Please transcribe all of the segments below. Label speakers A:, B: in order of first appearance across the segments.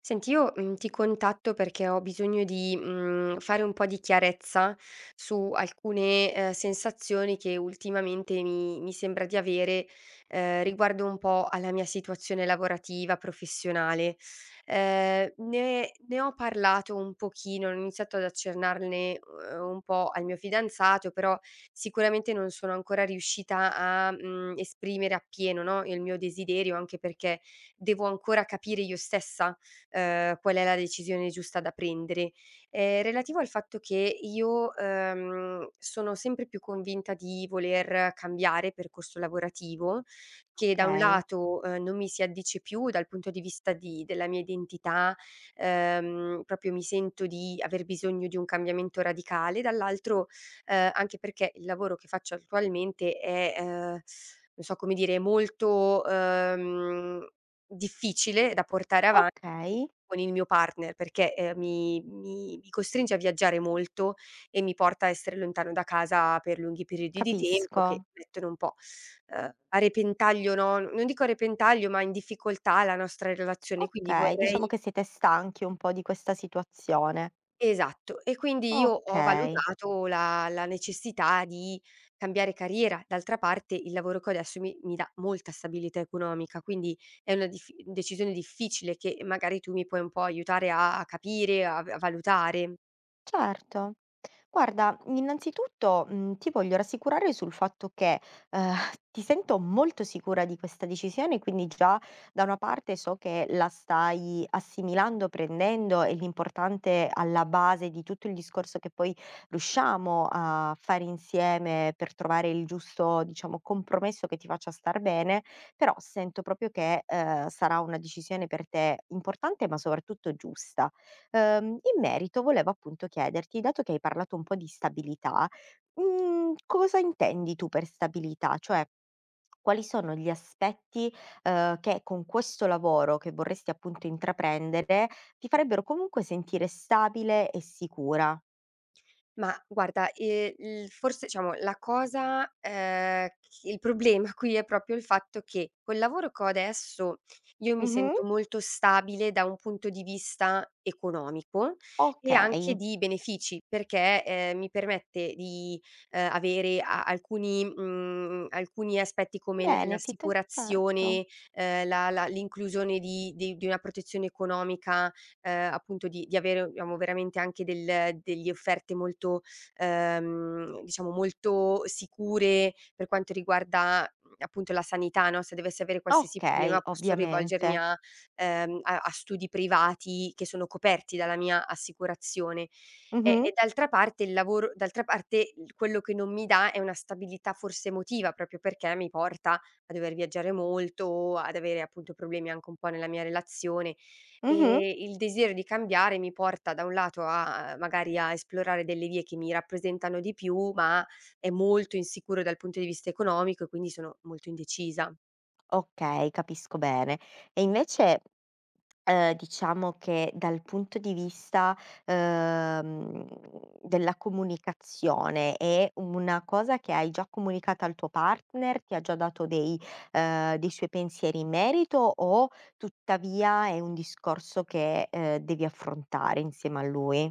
A: Senti, io, ti contatto perché ho bisogno di, fare un po' di chiarezza su alcune, sensazioni che ultimamente mi sembra di avere, riguardo un po' alla mia situazione lavorativa, professionale. Ne ho parlato un pochino, ho iniziato ad accennarne, un po' al mio fidanzato, però sicuramente non sono ancora riuscita a, esprimere appieno, no, il mio desiderio, anche perché devo ancora capire io stessa qual è la decisione giusta da prendere. Relativo al fatto che io, sono sempre più convinta di voler cambiare percorso lavorativo, che da un
B: Okay,
A: lato, non mi si addice più dal punto di vista di della mia identità, proprio mi sento di aver bisogno di un cambiamento radicale, dall'altro, anche perché il lavoro che faccio attualmente è, non so come dire, molto, difficile da portare avanti
B: okay,
A: con il mio partner, perché, mi costringe a viaggiare molto e mi porta a essere lontano da casa per lunghi periodi di tempo
B: capisco.
A: che mettono un po', a repentaglio, no, non dico a repentaglio, ma in difficoltà la nostra relazione, quindi
B: Okay, diciamo
A: vorrei.
B: che siete stanchi un po' di questa situazione.
A: Esatto. E quindi io ho
B: Okay.
A: valutato la necessità di cambiare carriera. D'altra parte il lavoro che ho adesso mi dà molta stabilità economica, quindi è una dif decisione difficile che magari tu mi puoi un po' aiutare a capire, a valutare.
B: Certo. Guarda, innanzitutto, ti voglio rassicurare sul fatto che, ehm, ti sento molto sicura di questa decisione, quindi già da una parte so che la stai assimilando, prendendo e l'importante alla base di tutto il discorso che poi riusciamo a fare insieme per trovare il giusto, diciamo, compromesso che ti faccia star bene, però sento proprio che, sarà una decisione per te importante, ma soprattutto giusta. In merito volevo appunto chiederti, dato che hai parlato un po' di stabilità, cosa intendi tu per stabilità? Cioè, quali sono gli aspetti, che con questo lavoro che vorresti appunto intraprendere, ti farebbero comunque sentire stabile e sicura?
A: Ma guarda, il forse diciamo la cosa il problema qui è proprio il fatto che col lavoro che ho adesso io mi
B: Mh-mh,
A: sento molto stabile da un punto di vista economico e anche
B: okay,
A: di benefici, perché, mi permette di, avere a alcuni alcuni aspetti come l
B: benefit, certo.
A: l'assicurazione, la la l'inclusione di una protezione economica appunto di avere, diciamo, veramente anche del degli offerte molto, diciamo molto sicure per quanto riguarda, appunto la sanità, no, se dovessi avere qualsiasi
B: Okay,
A: problema posso rivolgermi
B: ovviamente.
A: a a studi privati che sono coperti dalla mia assicurazione. E
B: Mh-mh,
A: e d'altra parte il lavoro d'altra parte il quello che non mi dà è una stabilità forse emotiva, proprio perché mi porta a dover viaggiare molto, ad avere appunto problemi anche un po' nella mia relazione.
B: mh-mh.
A: Il desiderio di cambiare mi porta da un lato a magari a esplorare delle vie che mi rappresentano di più, ma è molto insicuro dal punto di vista economico e quindi sono molto indecisa.
B: Okay, capisco bene. E invece, diciamo che dal punto di vista, ehm, della comunicazione è una cosa che hai già comunicato al tuo partner? Ti ha già dato dei dei suoi pensieri in merito o tuttavia è un discorso che, devi affrontare insieme a lui?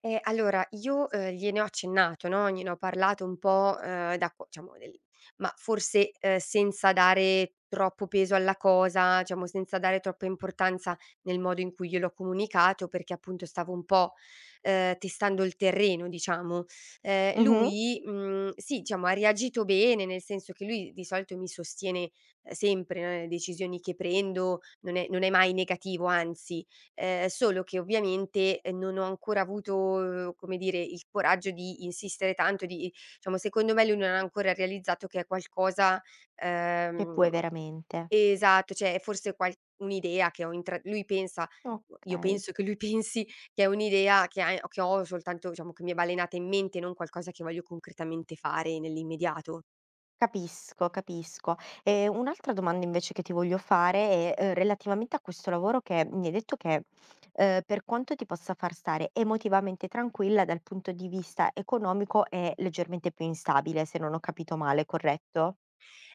A: Allora io, gliene ho accennato, no, gliene ho parlato un po', da co diciamo del ma forse, senza dare troppo peso alla cosa, diciamo senza dare troppa importanza nel modo in cui gliel'ho comunicato, perché appunto stavo un po', testando il terreno diciamo.
B: Mh-mh.
A: Lui, sì diciamo ha reagito bene, nel senso che lui di solito mi sostiene, sempre, no, nelle decisioni che prendo, non è mai negativo, anzi. Solo che ovviamente, non ho ancora avuto, come dire, il coraggio di insistere tanto, di diciamo secondo me lui non ha ancora realizzato che è qualcosa
B: Che vuoi
A: ehm,
B: veramente.
A: esatto, cioè è forse qual un'idea che ho intra lui pensa io
B: Okay.
A: penso che lui pensi che è un'idea che ha che ho soltanto diciamo che mi è balenata in mente, non qualcosa che voglio concretamente fare nell'immediato.
B: Capisco, capisco. E un'altra domanda invece che ti voglio fare è, relativamente a questo lavoro che mi hai detto che, per quanto ti possa far stare emotivamente tranquilla, dal punto di vista economico è leggermente più instabile, se non ho capito male, corretto?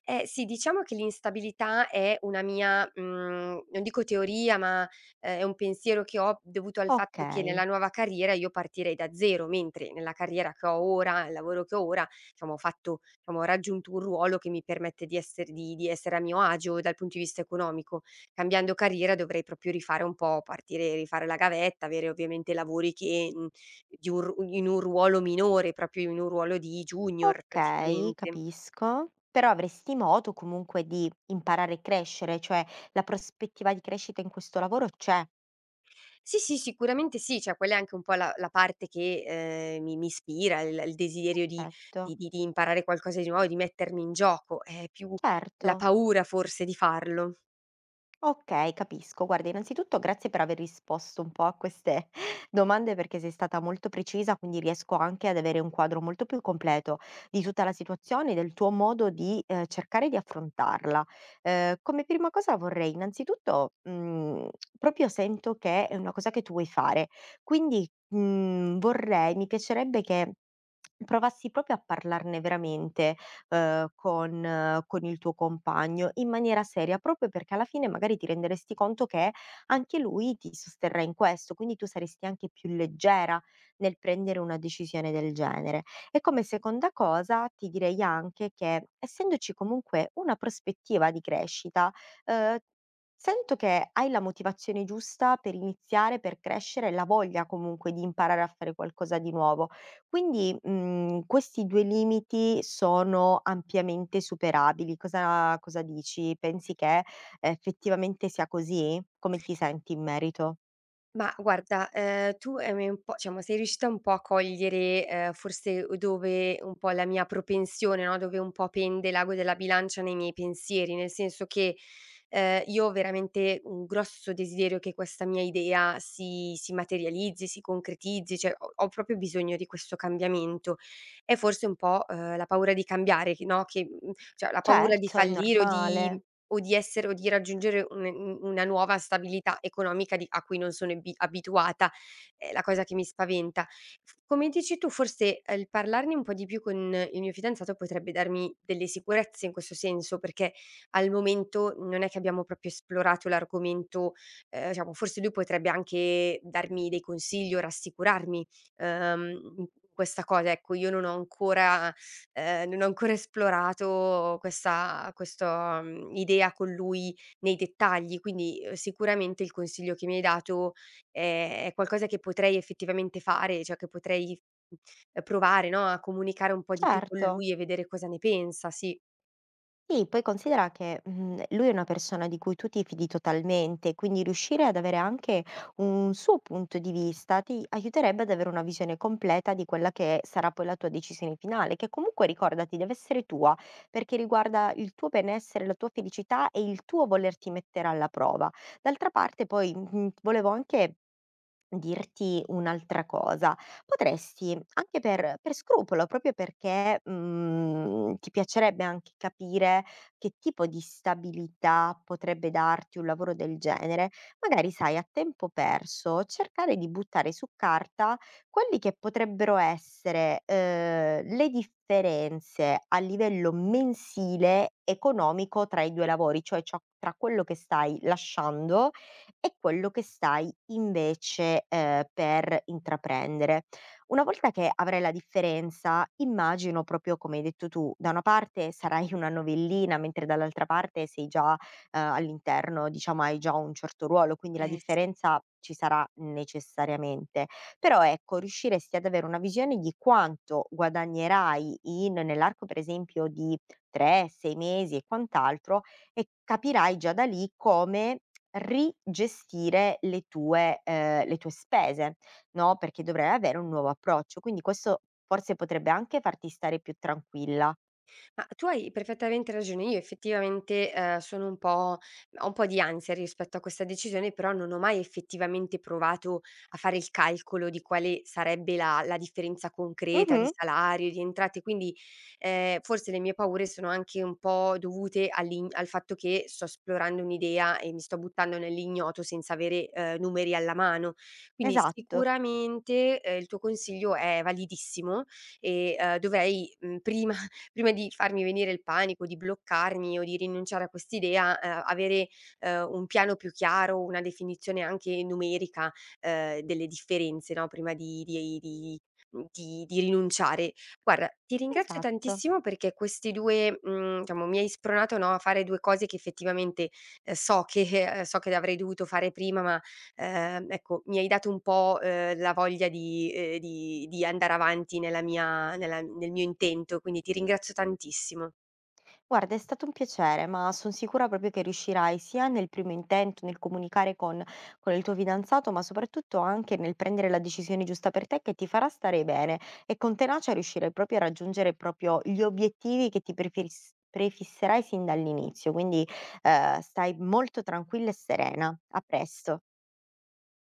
A: Eh sì, diciamo che l'instabilità è una mia, non dico teoria, ma, è un pensiero che ho dovuto al fatto che nella
B: Okay,
A: nuova carriera io partirei da 0, mentre nella carriera che ho ora, il lavoro che ho ora, diciamo ho raggiunto un ruolo che mi permette di essere a mio agio dal punto di vista economico. Cambiando carriera dovrei proprio rifare un po' partire, rifare la gavetta, avere ovviamente lavori che, di un ru in un ruolo minore, proprio in un ruolo di junior
B: okay,
A: praticamente.
B: capisco. Però avresti modo comunque di imparare e crescere, cioè la prospettiva di crescita in questo lavoro c'è.
A: Sì, sì, sicuramente sì, cioè quella è anche un po' la parte che, mi ispira, il desiderio di
B: Perfetto,
A: di di di imparare qualcosa di nuovo, di mettermi in gioco, è più
B: certo.
A: la paura forse di farlo.
B: Okay, capisco. Guarda, innanzitutto grazie per aver risposto un po' a queste domande perché sei stata molto precisa, quindi riesco anche ad avere un quadro molto più completo di tutta la situazione e del tuo modo di, cercare di affrontarla. Come prima cosa vorrei innanzitutto proprio sento che è una cosa che tu vuoi fare, quindi, mhmm, vorrei mi piacerebbe che provassi proprio a parlarne veramente, con il tuo compagno in maniera seria, proprio perché alla fine magari ti renderesti conto che anche lui ti sosterrà in questo, quindi tu saresti anche più leggera nel prendere una decisione del genere. E come seconda cosa ti direi anche che, essendoci comunque una prospettiva di crescita, ehm, sento che hai la motivazione giusta per iniziare, per crescere, la voglia comunque di imparare a fare qualcosa di nuovo. Quindi, questi 2 limiti sono ampiamente superabili. Cosa dici? Pensi che effettivamente sia così? Come ti senti in merito?
A: Ma guarda, tu hai un po' diciamo sei riuscita un po' a cogliere, forse dove un po' la mia propensione, no, dove un po' pende l'ago della bilancia nei miei pensieri, nel senso che, io ho veramente un grosso desiderio che questa mia idea si materializzi, si concretizzi, cioè ho proprio bisogno di questo cambiamento. È forse un po', la paura di cambiare, che no, che cioè la paura di
B: Certo, è
A: fallire
B: normale.
A: o di raggiungere un una nuova stabilità economica di a cui non sono ebi abituata, è la cosa che mi spaventa. F Come dici tu forse, il parlarne un po' di più con il mio fidanzato potrebbe darmi delle sicurezze in questo senso, perché al momento non è che abbiamo proprio esplorato l'argomento, diciamo forse lui potrebbe anche darmi dei consigli o rassicurarmi, in questa cosa. Ecco, io non ho ancora non ho ancora esplorato questa questo idea con lui nei dettagli, quindi, sicuramente il consiglio che mi hai dato è qualcosa che potrei effettivamente fare, cioè che potrei, provare, no, a comunicare un po' di più con
B: Certo.
A: lui e vedere cosa ne pensa, sì.
B: Sì, poi considera che, lui è una persona di cui tu ti fidi totalmente, quindi riuscire ad avere anche un suo punto di vista ti aiuterebbe ad avere una visione completa di quella che sarà poi la tua decisione finale, che comunque ricordati deve essere tua, perché riguarda il tuo benessere, la tua felicità e il tuo volerti mettere alla prova. D'altra parte poi, volevo anche dirti un'altra cosa. Potresti, anche per scrupolo, proprio perché, ti piacerebbe anche capire che tipo di stabilità potrebbe darti un lavoro del genere, magari sai a tempo perso cercare di buttare su carta quelli che potrebbero essere, le differenze a livello mensile economico tra i 2 lavori, cioè ciò tra quello che stai lasciando e quello che stai invece, per intraprendere. Una volta che avrai la differenza, immagino proprio come hai detto tu, da una parte sarai una novellina, mentre dall'altra parte sei già, all'interno diciamo hai già un certo ruolo, quindi la
A: Sì.
B: differenza ci sarà necessariamente. Però ecco, riusciresti ad avere una visione di quanto guadagnerai in nell'arco per esempio di 3, 6 mesi e quant'altro e capirai già da lì come rigestire le tue spese. No, perché dovrei avere un nuovo approccio, quindi questo forse potrebbe anche farti stare più tranquilla.
A: Ma tu hai perfettamente ragione. Io effettivamente, sono un po' ho un po' di ansia rispetto a questa decisione, però non ho mai effettivamente provato a fare il calcolo di quale sarebbe la differenza concreta di
B: Mh-mh,
A: salario, di entrate, quindi, forse le mie paure sono anche un po' dovute all'ign al fatto che sto esplorando un'idea e mi sto buttando nell'ignoto senza avere, numeri alla mano. Quindi
B: esatto,
A: sicuramente, il tuo consiglio è validissimo e, dovrei, prima di farmi venire il panico, di bloccarmi o di rinunciare a quest'idea, avere, un piano più chiaro, una definizione anche numerica, delle differenze, no, prima di di rinunciare. Guarda, ti ringrazio
B: esatto.
A: tantissimo perché questi 2, diciamo mi hai spronato, no, a fare 2 cose che effettivamente, so che so che avrei dovuto fare prima, ma ecco, mi hai dato un po', la voglia di di andare avanti nella mia nel mio intento, quindi ti ringrazio tantissimo.
B: Guarda, è stato un piacere, ma son sicura proprio che riuscirai sia nel primo intento, nel comunicare con il tuo fidanzato, ma soprattutto anche nel prendere la decisione giusta per te che ti farà stare bene e con tenacia riuscirai proprio a raggiungere proprio gli obiettivi che ti prefiris prefisserai sin dall'inizio. Quindi, stai molto tranquilla e serena. A presto.